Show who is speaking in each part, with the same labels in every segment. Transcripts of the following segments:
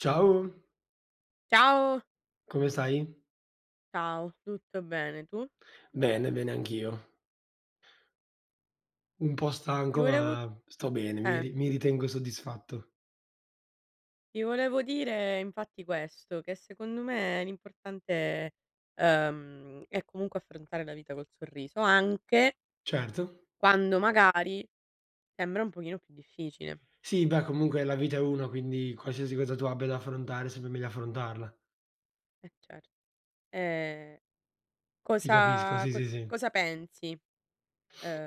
Speaker 1: Ciao,
Speaker 2: Ciao,
Speaker 1: come stai?
Speaker 2: ciao, tutto bene, tu?
Speaker 1: Bene, bene anch'io. Un po'
Speaker 2: Ti
Speaker 1: stanco,
Speaker 2: volevo
Speaker 1: ma sto bene, mi
Speaker 2: eh,
Speaker 1: ri mi ritengo soddisfatto.
Speaker 2: Ti volevo dire infatti questo, che secondo me l'importante, è comunque affrontare la vita col sorriso, anche
Speaker 1: Certo.
Speaker 2: quando magari sembra un pochino più difficile.
Speaker 1: Sì, beh, comunque la vita è una, quindi qualsiasi cosa tu abbia da affrontare, è sempre meglio affrontarla.
Speaker 2: Eh certo. Ehm,
Speaker 1: Ti capisco,
Speaker 2: cosa
Speaker 1: sì, sì,
Speaker 2: cos
Speaker 1: sì.
Speaker 2: cosa pensi?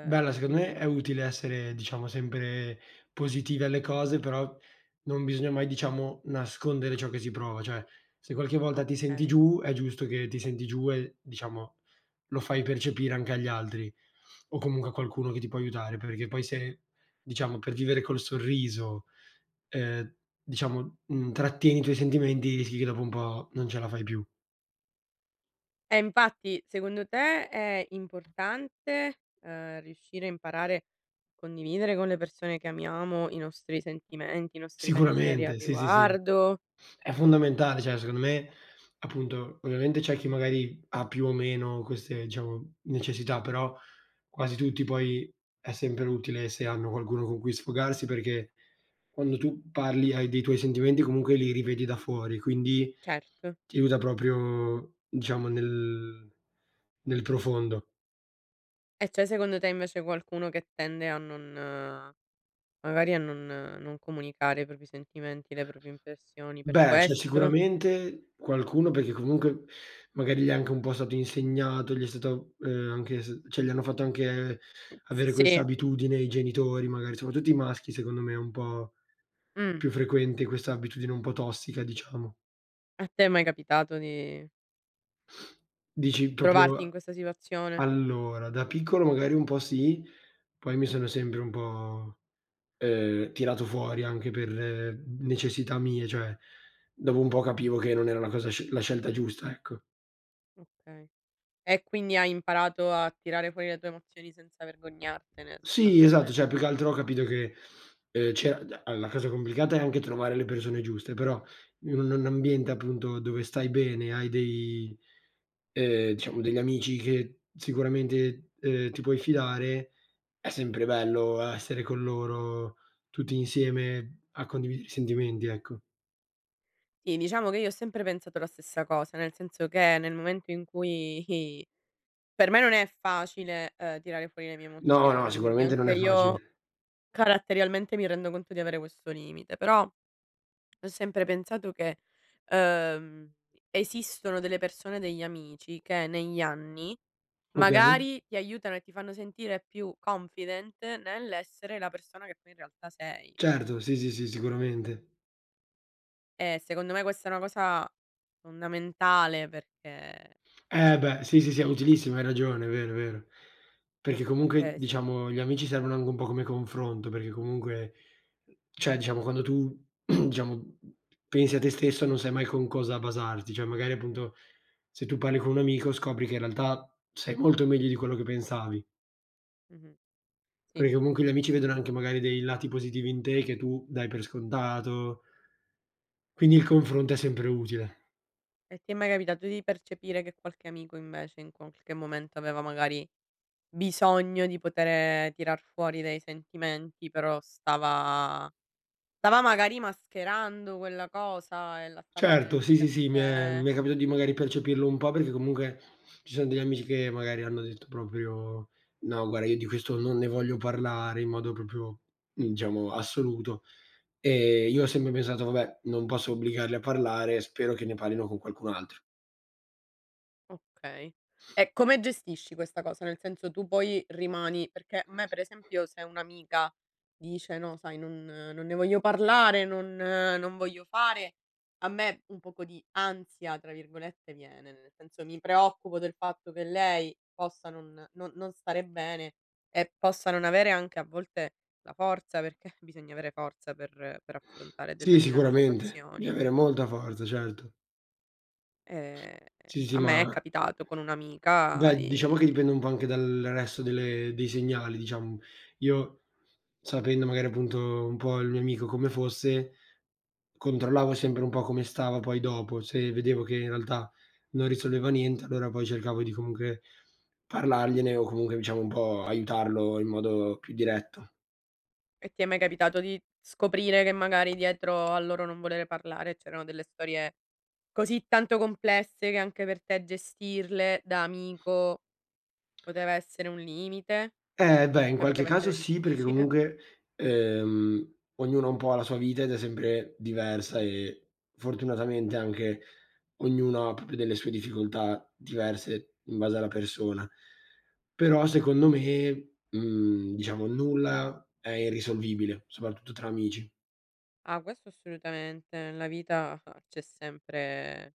Speaker 1: Bella, secondo me
Speaker 2: mhmm,
Speaker 1: è utile essere, diciamo, sempre positivi alle cose, però non bisogna mai, diciamo, nascondere ciò che si prova. Cioè, se qualche volta ti senti
Speaker 2: okay.
Speaker 1: giù, è giusto che ti senti giù e, diciamo, lo fai percepire anche agli altri o comunque a qualcuno che ti può aiutare, perché poi se, diciamo, per vivere col sorriso, ehm, diciamo, trattieni i tuoi sentimenti, rischi che dopo un po' non ce la fai più.
Speaker 2: Infatti, secondo te è importante, riuscire a imparare a condividere con le persone che amiamo i nostri sentimenti, i nostri pensieri al
Speaker 1: Sicuramente, sì, sì, sì.
Speaker 2: riguardo?
Speaker 1: È fondamentale, cioè secondo me appunto, ovviamente c'è chi magari ha più o meno queste, diciamo, necessità, però quasi tutti poi è sempre utile se hanno qualcuno con cui sfogarsi, perché quando tu parli hai dei tuoi sentimenti comunque li rivedi da fuori, quindi
Speaker 2: Certo.
Speaker 1: ti aiuta proprio diciamo nel profondo.
Speaker 2: E c'è secondo te invece qualcuno che tende a non magari a non non comunicare i propri sentimenti, le proprie impressioni per
Speaker 1: Beh, c'è
Speaker 2: questo?
Speaker 1: sicuramente qualcuno perché comunque magari gli è anche un po' stato insegnato, gli è stato, anche s cioè gli hanno fatto anche avere questa
Speaker 2: Sì.
Speaker 1: abitudine i genitori magari, soprattutto i maschi secondo me è un po'
Speaker 2: Mh.
Speaker 1: più frequente questa abitudine un po' tossica diciamo.
Speaker 2: A te è mai capitato di
Speaker 1: Dici
Speaker 2: trovarti in
Speaker 1: proprio
Speaker 2: questa situazione?
Speaker 1: allora, da piccolo magari un po' sì, poi mi
Speaker 2: Mh,
Speaker 1: sono sempre un po', tirato fuori anche per necessità mie, cioè dopo un po' capivo che non era la cosa sc la scelta giusta, ecco.
Speaker 2: okay. E quindi hai imparato a tirare fuori le tue emozioni senza vergognartene
Speaker 1: Sì, esatto, cioè
Speaker 2: sostanzialmente.
Speaker 1: più che altro ho capito che, c'era d allora la cosa complicata è anche trovare le persone giuste, però in un ambiente appunto dove stai bene, hai dei diciamo degli amici che sicuramente, ti puoi fidare, è sempre bello essere con loro tutti insieme a condividere i sentimenti, ecco.
Speaker 2: Sì, diciamo che io ho sempre pensato la stessa cosa, nel senso che nel momento in cui per me non è facile, tirare fuori le mie
Speaker 1: No, no,
Speaker 2: emozioni, quindi
Speaker 1: sicuramente non
Speaker 2: anche
Speaker 1: è
Speaker 2: io
Speaker 1: facile.
Speaker 2: caratterialmente mi rendo conto di avere questo limite, però ho sempre pensato che, ehm, esistono delle persone, degli amici che negli anni
Speaker 1: Okay.
Speaker 2: magari ti aiutano e ti fanno sentire più confident nell'essere la persona che poi in realtà sei.
Speaker 1: Certo, sì, sì, sì, sicuramente.
Speaker 2: Secondo me questa è una cosa fondamentale perché
Speaker 1: Eh beh, sì, sì, sì, è utilissimo, hai ragione, è vero, è vero. Perché comunque,
Speaker 2: perché sì,
Speaker 1: diciamo, gli amici servono anche un po' come confronto, perché comunque cioè, diciamo, quando tu, diciamo, pensi a te stesso non sai mai con cosa basarti, cioè magari appunto se tu parli con un amico scopri che in realtà sei molto meglio di quello che pensavi,
Speaker 2: mh-mh, sì,
Speaker 1: perché comunque gli amici
Speaker 2: questo
Speaker 1: vedono anche
Speaker 2: assolutamen.
Speaker 1: magari dei lati positivi in te che tu dai per scontato, quindi il confronto è sempre utile.
Speaker 2: E ti è mai capitato di percepire che qualche amico invece in qualche momento aveva magari bisogno di poter tirar fuori dei sentimenti, però stava magari mascherando quella cosa e la stava
Speaker 1: Certo,
Speaker 2: tenendo
Speaker 1: sì, sì,
Speaker 2: per
Speaker 1: sì, mi è
Speaker 2: sé?
Speaker 1: mi è capitato di magari percepirlo un po' perché comunque ci sono degli amici che magari hanno detto proprio: "No, guarda io di questo non ne voglio parlare", in modo proprio, diciamo, assoluto. E io ho sempre pensato: "Vabbè, non posso obbligarli a parlare, spero che ne parlino con qualcun altro".
Speaker 2: Okay. E come gestisci questa cosa? Nel senso, tu poi rimani perché a me per esempio se un'amica dice: "No sai non ne voglio parlare, non voglio fare", a me un poco di "ansia" tra virgolette viene, nel senso mi preoccupo del fatto che lei possa non stare bene e possa non avere anche a volte la forza, perché bisogna avere forza per affrontare
Speaker 1: Sì,
Speaker 2: determinate
Speaker 1: sicuramente, bisogna
Speaker 2: situazioni.
Speaker 1: avere molta forza, certo.
Speaker 2: Ehm,
Speaker 1: Sì, sì,
Speaker 2: a me è
Speaker 1: ma
Speaker 2: capitato con un'amica
Speaker 1: beh, diciamo
Speaker 2: di.
Speaker 1: che dipende un po' anche dal resto delle dei segnali, diciamo. Io, sapendo magari appunto un po' il mio amico come fosse, controllavo sempre un po' come stava poi dopo. Se vedevo che in realtà non risolveva niente, allora poi cercavo di comunque parlargliene o comunque diciamo un po' aiutarlo in modo più diretto.
Speaker 2: E ti è mai capitato di scoprire che magari dietro al loro non volere parlare c'erano delle storie così tanto complesse che anche per te gestirle da amico poteva essere un limite?
Speaker 1: Eh beh, in
Speaker 2: Cioè
Speaker 1: qualche
Speaker 2: poteva
Speaker 1: caso
Speaker 2: essere
Speaker 1: sì, perché
Speaker 2: difficile?
Speaker 1: comunque, ognuno un po' ha la sua vita ed è sempre diversa e fortunatamente anche ognuno ha proprio delle sue difficoltà diverse in base alla persona. Però secondo me, diciamo nulla è irrisolvibile, soprattutto tra amici.
Speaker 2: Ah, questo assolutamente. Nella vita ah,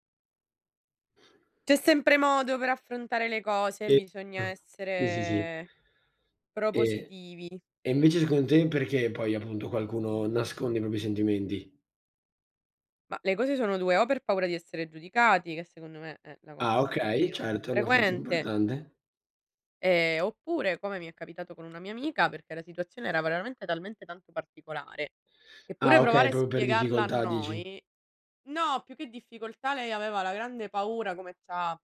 Speaker 2: c'è sempre modo per affrontare le cose,
Speaker 1: E
Speaker 2: bisogna
Speaker 1: sì, sì, sì.
Speaker 2: essere
Speaker 1: E
Speaker 2: propositivi.
Speaker 1: e invece secondo te perché poi appunto qualcuno nasconde i propri sentimenti?
Speaker 2: Ma le cose sono 2: o per paura di essere giudicati, che secondo me è la cosa
Speaker 1: Ah,
Speaker 2: anche un
Speaker 1: okay,
Speaker 2: pochino più
Speaker 1: certo, è una cosa
Speaker 2: frequente.
Speaker 1: importante.
Speaker 2: Oppure, come mi è capitato con una mia amica, perché la situazione era veramente talmente tanto particolare, che
Speaker 1: Ah,
Speaker 2: pure
Speaker 1: okay,
Speaker 2: provare a
Speaker 1: proprio per
Speaker 2: spiegarla a
Speaker 1: difficoltà dici.
Speaker 2: noi no, più che difficoltà lei aveva la grande paura, come c'ha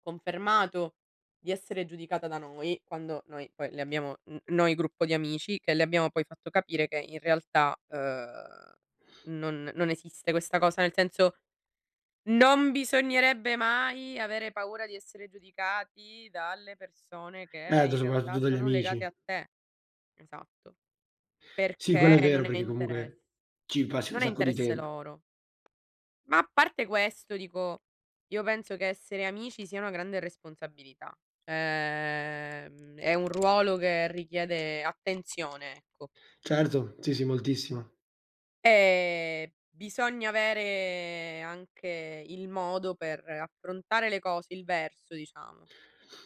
Speaker 2: confermato, di essere giudicata da noi, quando noi poi le abbiamo n noi gruppo di amici, che le abbiamo poi fatto capire che in realtà, non esiste questa cosa, nel senso non bisognerebbe mai avere paura di essere giudicati dalle persone che
Speaker 1: Certo,
Speaker 2: in
Speaker 1: soprattutto
Speaker 2: realtà
Speaker 1: dagli
Speaker 2: sono
Speaker 1: amici.
Speaker 2: legate a te. Esatto,
Speaker 1: Sì, quello è
Speaker 2: perché
Speaker 1: vero
Speaker 2: non è
Speaker 1: perché
Speaker 2: interess
Speaker 1: comunque ci passi un
Speaker 2: non è
Speaker 1: sacco di
Speaker 2: interesse
Speaker 1: tempo.
Speaker 2: loro. Ma a parte questo dico, io penso che essere amici sia una grande responsabilità. È un ruolo che richiede attenzione, ecco.
Speaker 1: Certo, sì, sì, moltissimo.
Speaker 2: Bisogna avere anche il modo per affrontare le cose, il verso diciamo.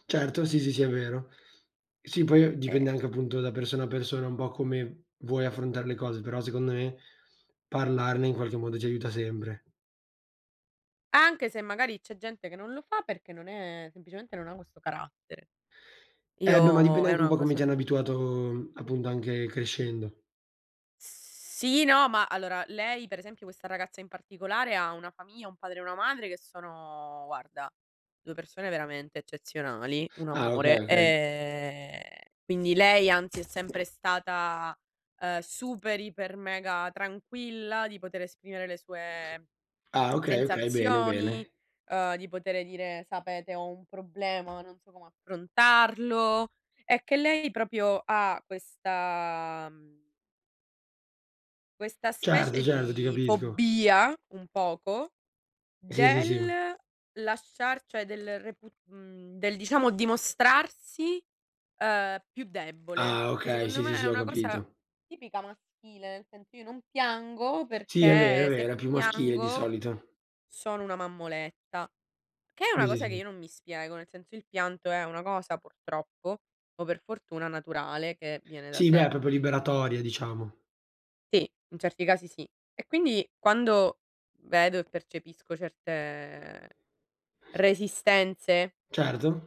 Speaker 1: Certo, sì, sì, sì, è vero. Sì, poi dipende
Speaker 2: Ehm.
Speaker 1: anche appunto da persona a persona un po' come vuoi affrontare le cose, però secondo me parlarne in qualche modo ti aiuta sempre.
Speaker 2: Anche se magari c'è gente che non lo fa perché non è semplicemente non ha questo carattere.
Speaker 1: Eh beh, ma
Speaker 2: Io
Speaker 1: dipende
Speaker 2: è
Speaker 1: anche un
Speaker 2: una
Speaker 1: po' come ti
Speaker 2: cosa
Speaker 1: hanno
Speaker 2: che
Speaker 1: abituato appunto anche crescendo.
Speaker 2: sì, no, ma allora lei per esempio questa ragazza in particolare ha una famiglia, un padre e una madre che sono guarda, 2 persone veramente eccezionali, un
Speaker 1: Ah, okay,
Speaker 2: amore.
Speaker 1: okay.
Speaker 2: Quindi lei anzi è sempre stata, super, iper, mega tranquilla di poter esprimere le sue
Speaker 1: Ah, okay, okay, bene,
Speaker 2: sensazioni,
Speaker 1: bene.
Speaker 2: di potere dire: "Sapete, ho un problema, non so come affrontarlo." È che lei proprio ha questa questa
Speaker 1: Certo,
Speaker 2: specie
Speaker 1: certo, ti
Speaker 2: di
Speaker 1: capisco.
Speaker 2: fobia, un poco,
Speaker 1: Sì, sì, sì.
Speaker 2: del lasciar cioè del repu del diciamo dimostrarsi, più debole,
Speaker 1: Ah,
Speaker 2: che
Speaker 1: okay,
Speaker 2: secondo
Speaker 1: sì, sì,
Speaker 2: me è
Speaker 1: sì, ho
Speaker 2: una cosa
Speaker 1: capito.
Speaker 2: tipica maschile, nel senso io non piango
Speaker 1: Sì, è vero, è
Speaker 2: perché se
Speaker 1: vero, è più maschile di
Speaker 2: piango
Speaker 1: solito.
Speaker 2: sono una mammoletta. Che è una
Speaker 1: Sì, sì,
Speaker 2: cosa che io
Speaker 1: sì.
Speaker 2: non mi spiego, nel senso il pianto è una cosa purtroppo, o per fortuna, naturale che viene da
Speaker 1: Sì, beh, è
Speaker 2: sé.
Speaker 1: proprio liberatoria diciamo.
Speaker 2: Sì, in certi casi sì. E quindi quando vedo e percepisco certe resistenze,
Speaker 1: Certo.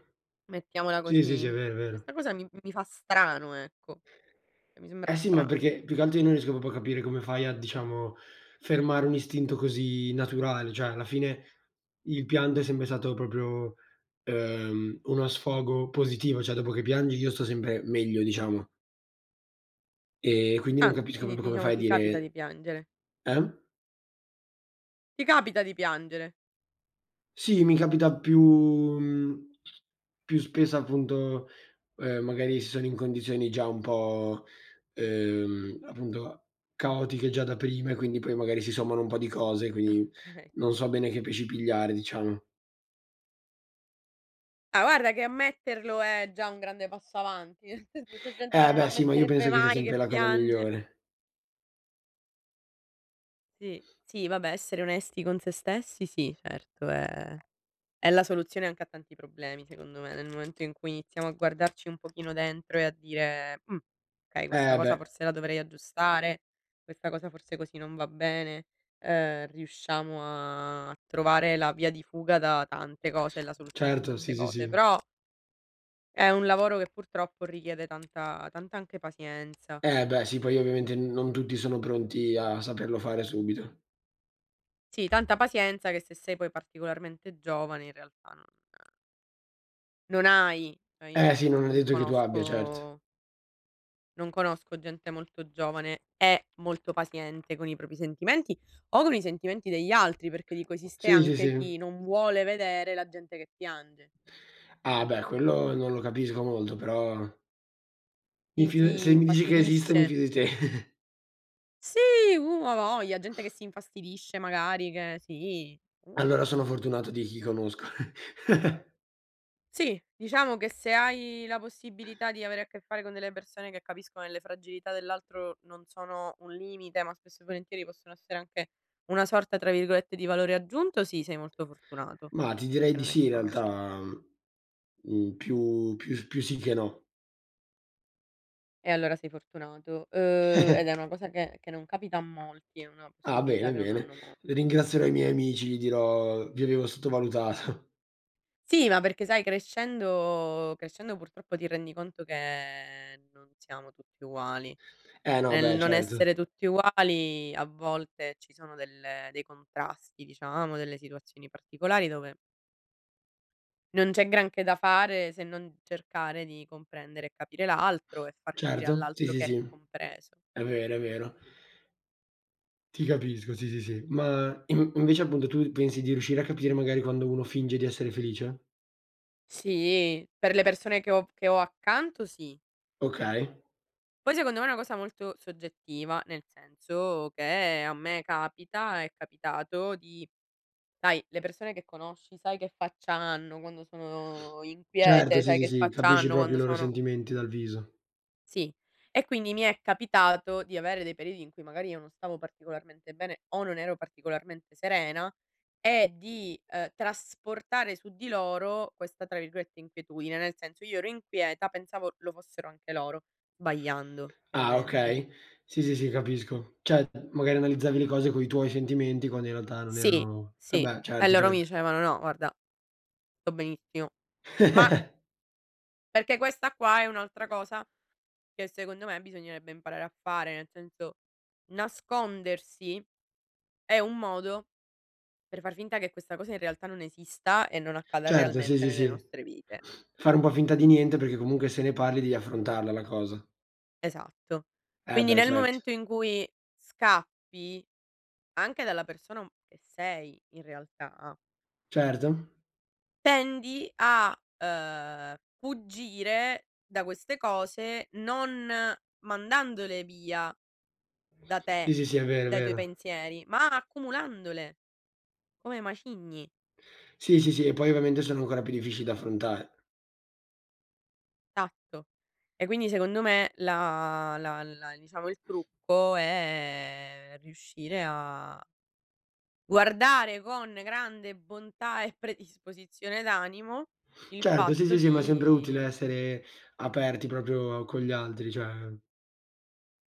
Speaker 2: mettiamola
Speaker 1: Sì, sì, sì, è
Speaker 2: così,
Speaker 1: vero, è vero.
Speaker 2: questa cosa mi fa strano, ecco, cioè mi sembra
Speaker 1: Eh sì, ma
Speaker 2: strana.
Speaker 1: perché più che altro io non riesco proprio a capire come fai a, diciamo, fermare un istinto così naturale, cioè alla fine il pianto è sempre stato proprio, uno sfogo positivo, cioè dopo che piangi io sto sempre meglio diciamo. E quindi non
Speaker 2: Ah,
Speaker 1: capisco
Speaker 2: quindi
Speaker 1: proprio
Speaker 2: ti
Speaker 1: come
Speaker 2: diciamo
Speaker 1: fai a
Speaker 2: ti capita di
Speaker 1: dire,
Speaker 2: piangere.
Speaker 1: eh?
Speaker 2: Ti capita di piangere.
Speaker 1: Sì, mi capita più spesso appunto, magari se sono in condizioni già un po', appunto caotiche già da prima e quindi poi magari si sommano un po' di cose, quindi
Speaker 2: Okay.
Speaker 1: non so bene che pesci pigliare, diciamo.
Speaker 2: Ah, guarda che ammetterlo è già un grande passo avanti, nel senso c'è gente che
Speaker 1: Eh
Speaker 2: non
Speaker 1: beh sì, ma io penso
Speaker 2: ammetterebbe
Speaker 1: che sia
Speaker 2: mai
Speaker 1: sempre
Speaker 2: che
Speaker 1: la cosa
Speaker 2: piange.
Speaker 1: migliore.
Speaker 2: Sì, sì, vabbè, essere onesti con se stessi sì, certo, è la soluzione anche a tanti problemi, secondo me, nel momento in cui iniziamo a guardarci un pochino dentro e a dire: okay, questa
Speaker 1: Eh
Speaker 2: cosa
Speaker 1: beh,
Speaker 2: forse la dovrei aggiustare, questa cosa forse così non va bene", riusciamo a trovare la via di fuga da tante cose e la soluzione a
Speaker 1: certo, sì,
Speaker 2: tante
Speaker 1: sì,
Speaker 2: cose.
Speaker 1: sì.
Speaker 2: Però è un lavoro che purtroppo richiede tanta tanta anche pazienza.
Speaker 1: Eh beh sì, poi ovviamente non tutti sono pronti a saperlo fare subito.
Speaker 2: Sì, tanta pazienza che se sei poi particolarmente giovane in realtà non. Non hai cioè io
Speaker 1: Eh sì, non è
Speaker 2: non
Speaker 1: detto che tu abbia, certo.
Speaker 2: conosco non conosco gente molto giovane e molto paziente con i propri sentimenti o con i sentimenti degli altri, perché dico esiste
Speaker 1: Sì, sì,
Speaker 2: anche
Speaker 1: sì.
Speaker 2: chi non vuole vedere la gente che piange,
Speaker 1: Ah beh, quello non lo capisco molto, però mi
Speaker 2: chi
Speaker 1: fido
Speaker 2: si
Speaker 1: se mi dici che esiste, mi
Speaker 2: infastidisce.
Speaker 1: fido di te.
Speaker 2: Sì, a voglia, gente che si infastidisce magari che sì. Uh.
Speaker 1: Allora sono fortunato di chi conosco.
Speaker 2: Sì, diciamo che se hai la possibilità di avere a che fare con delle persone che capiscono che le fragilità dell'altro non sono un limite, ma spesso e volentieri possono essere anche una sorta, tra virgolette, di valore aggiunto, sì, sei molto fortunato,
Speaker 1: Ma ti direi
Speaker 2: perché
Speaker 1: di
Speaker 2: non è
Speaker 1: sì in
Speaker 2: facile.
Speaker 1: realtà, mhmm, più sì che no.
Speaker 2: E allora sei fortunato. Ed è una cosa che non capita a molti, è una
Speaker 1: Ah,
Speaker 2: possibilità
Speaker 1: bene,
Speaker 2: che non
Speaker 1: bene.
Speaker 2: hanno molti.
Speaker 1: Ringrazierò i miei amici, gli dirò: "Vi avevo sottovalutato."
Speaker 2: Sì, ma perché sai crescendo crescendo purtroppo ti rendi conto che non siamo tutti uguali.
Speaker 1: Eh no,
Speaker 2: Nel
Speaker 1: beh
Speaker 2: non
Speaker 1: certo.
Speaker 2: essere tutti uguali a volte ci sono delle dei contrasti diciamo, delle situazioni particolari dove non c'è granché da fare se non cercare di comprendere e capire l'altro e far capire
Speaker 1: Certo, sì,
Speaker 2: all'altro
Speaker 1: sì,
Speaker 2: che
Speaker 1: sì,
Speaker 2: è compreso.
Speaker 1: è vero, è vero. Ti capisco, sì, sì, sì. Ma in invece appunto tu pensi di riuscire a capire magari quando uno finge di essere felice?
Speaker 2: Sì, per le persone che ho accanto sì.
Speaker 1: Okay.
Speaker 2: Poi secondo me è una cosa molto soggettiva, nel senso che a me capita, è capitato di sai le persone che conosci, sai che faccia hanno quando sono
Speaker 1: Certo,
Speaker 2: inquiete,
Speaker 1: sì,
Speaker 2: sai
Speaker 1: sì,
Speaker 2: che
Speaker 1: sì,
Speaker 2: faccia
Speaker 1: capisci
Speaker 2: hanno
Speaker 1: proprio i
Speaker 2: quando
Speaker 1: loro
Speaker 2: sono
Speaker 1: sentimenti dal viso.
Speaker 2: sì. E quindi mi è capitato di avere dei periodi in cui magari io non stavo particolarmente bene o non ero particolarmente serena e di, trasportare su di loro questa, tra virgolette, "inquietudine", nel senso io ero inquieta, pensavo lo fossero anche loro, sbagliando
Speaker 1: Ah,
Speaker 2: chiaramente.
Speaker 1: okay. Sì, sì, sì, capisco. Cioè, magari analizzavi le cose coi tuoi sentimenti quando in realtà non
Speaker 2: Sì,
Speaker 1: erano,
Speaker 2: sì.
Speaker 1: vabbè,
Speaker 2: E
Speaker 1: certo,
Speaker 2: loro mi
Speaker 1: certo.
Speaker 2: dicevano: "No, guarda, sto benissimo". Ma perché questa qua è un'altra cosa che secondo me bisognerebbe imparare a fare, nel senso nascondersi è un modo per far finta che questa cosa in realtà non esista e non accada
Speaker 1: Certo, sì,
Speaker 2: realmente
Speaker 1: sì,
Speaker 2: nelle
Speaker 1: sì.
Speaker 2: nostre vite.
Speaker 1: Fare un po' finta di niente perché comunque se ne parli devi affrontarla la cosa.
Speaker 2: Esatto.
Speaker 1: Eh
Speaker 2: Quindi
Speaker 1: beh,
Speaker 2: nel
Speaker 1: certo.
Speaker 2: momento in cui scappi anche dalla persona un che sei in realtà,
Speaker 1: Certo.
Speaker 2: tendi a, fuggire da queste cose non mandandole via da
Speaker 1: Sì,
Speaker 2: te,
Speaker 1: sì, sì, è vero, è
Speaker 2: dai tuoi
Speaker 1: vero.
Speaker 2: pensieri, ma accumulandole come macigni.
Speaker 1: Sì, sì, sì, e poi ovviamente sono ancora più difficili da affrontare.
Speaker 2: Esatto. E quindi secondo me la diciamo il trucco è riuscire a guardare con grande bontà e predisposizione d'animo il
Speaker 1: Certo, sì, sì,
Speaker 2: fatto
Speaker 1: sì, ma è sempre utile
Speaker 2: di
Speaker 1: essere aperti proprio con gli altri, cioè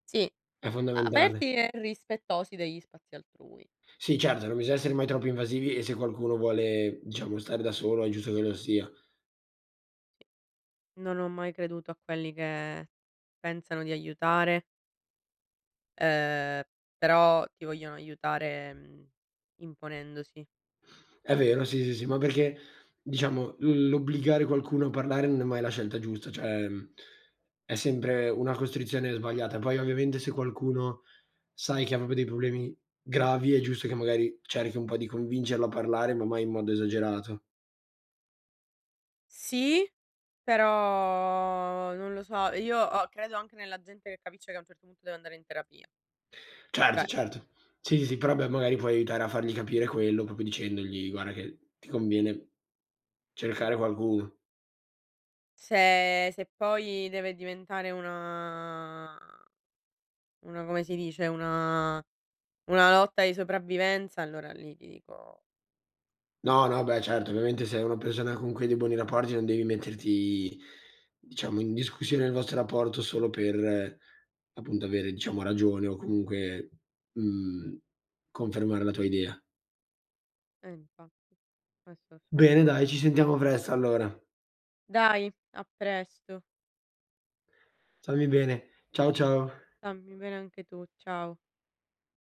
Speaker 2: sì,
Speaker 1: è fondamentale.
Speaker 2: aperti e rispettosi degli spazi altrui.
Speaker 1: Sì certo, non bisogna essere mai troppo invasivi e se qualcuno vuole, diciamo, stare da solo è giusto che lo sia.
Speaker 2: Non ho mai creduto a quelli che pensano di aiutare, ehm, però ti vogliono aiutare, imponendosi.
Speaker 1: È vero, sì, sì, sì, ma perché diciamo l'obbligare qualcuno a parlare non è mai la scelta giusta, cioè, è sempre una costrizione sbagliata. Poi ovviamente se qualcuno sai che ha proprio dei problemi gravi, è giusto che magari cerchi un po' di convincerlo a parlare, ma mai in modo esagerato.
Speaker 2: Sì. Però non lo so, io ho credo anche nella gente che capisce che a un certo punto deve andare in terapia.
Speaker 1: Certo,
Speaker 2: Cioè,
Speaker 1: certo. Sì, sì, sì, però beh, magari puoi aiutare a fargli capire quello, proprio dicendogli: "Guarda che ti conviene cercare qualcuno."
Speaker 2: se se poi deve diventare una come si dice, una lotta di sopravvivenza, allora lì ti dico
Speaker 1: No, no, beh certo, ovviamente se è una persona con cui hai dei buoni rapporti non devi metterti, diciamo, in discussione il vostro rapporto solo per, appunto, avere, diciamo, ragione o comunque, mhmm, confermare la tua idea.
Speaker 2: eh infatti, questo
Speaker 1: Bene dai, ci
Speaker 2: assolutamente.
Speaker 1: sentiamo presto allora.
Speaker 2: Dai, a presto.
Speaker 1: Stammi bene. Ciao, ciao.
Speaker 2: Stammi bene anche tu, ciao.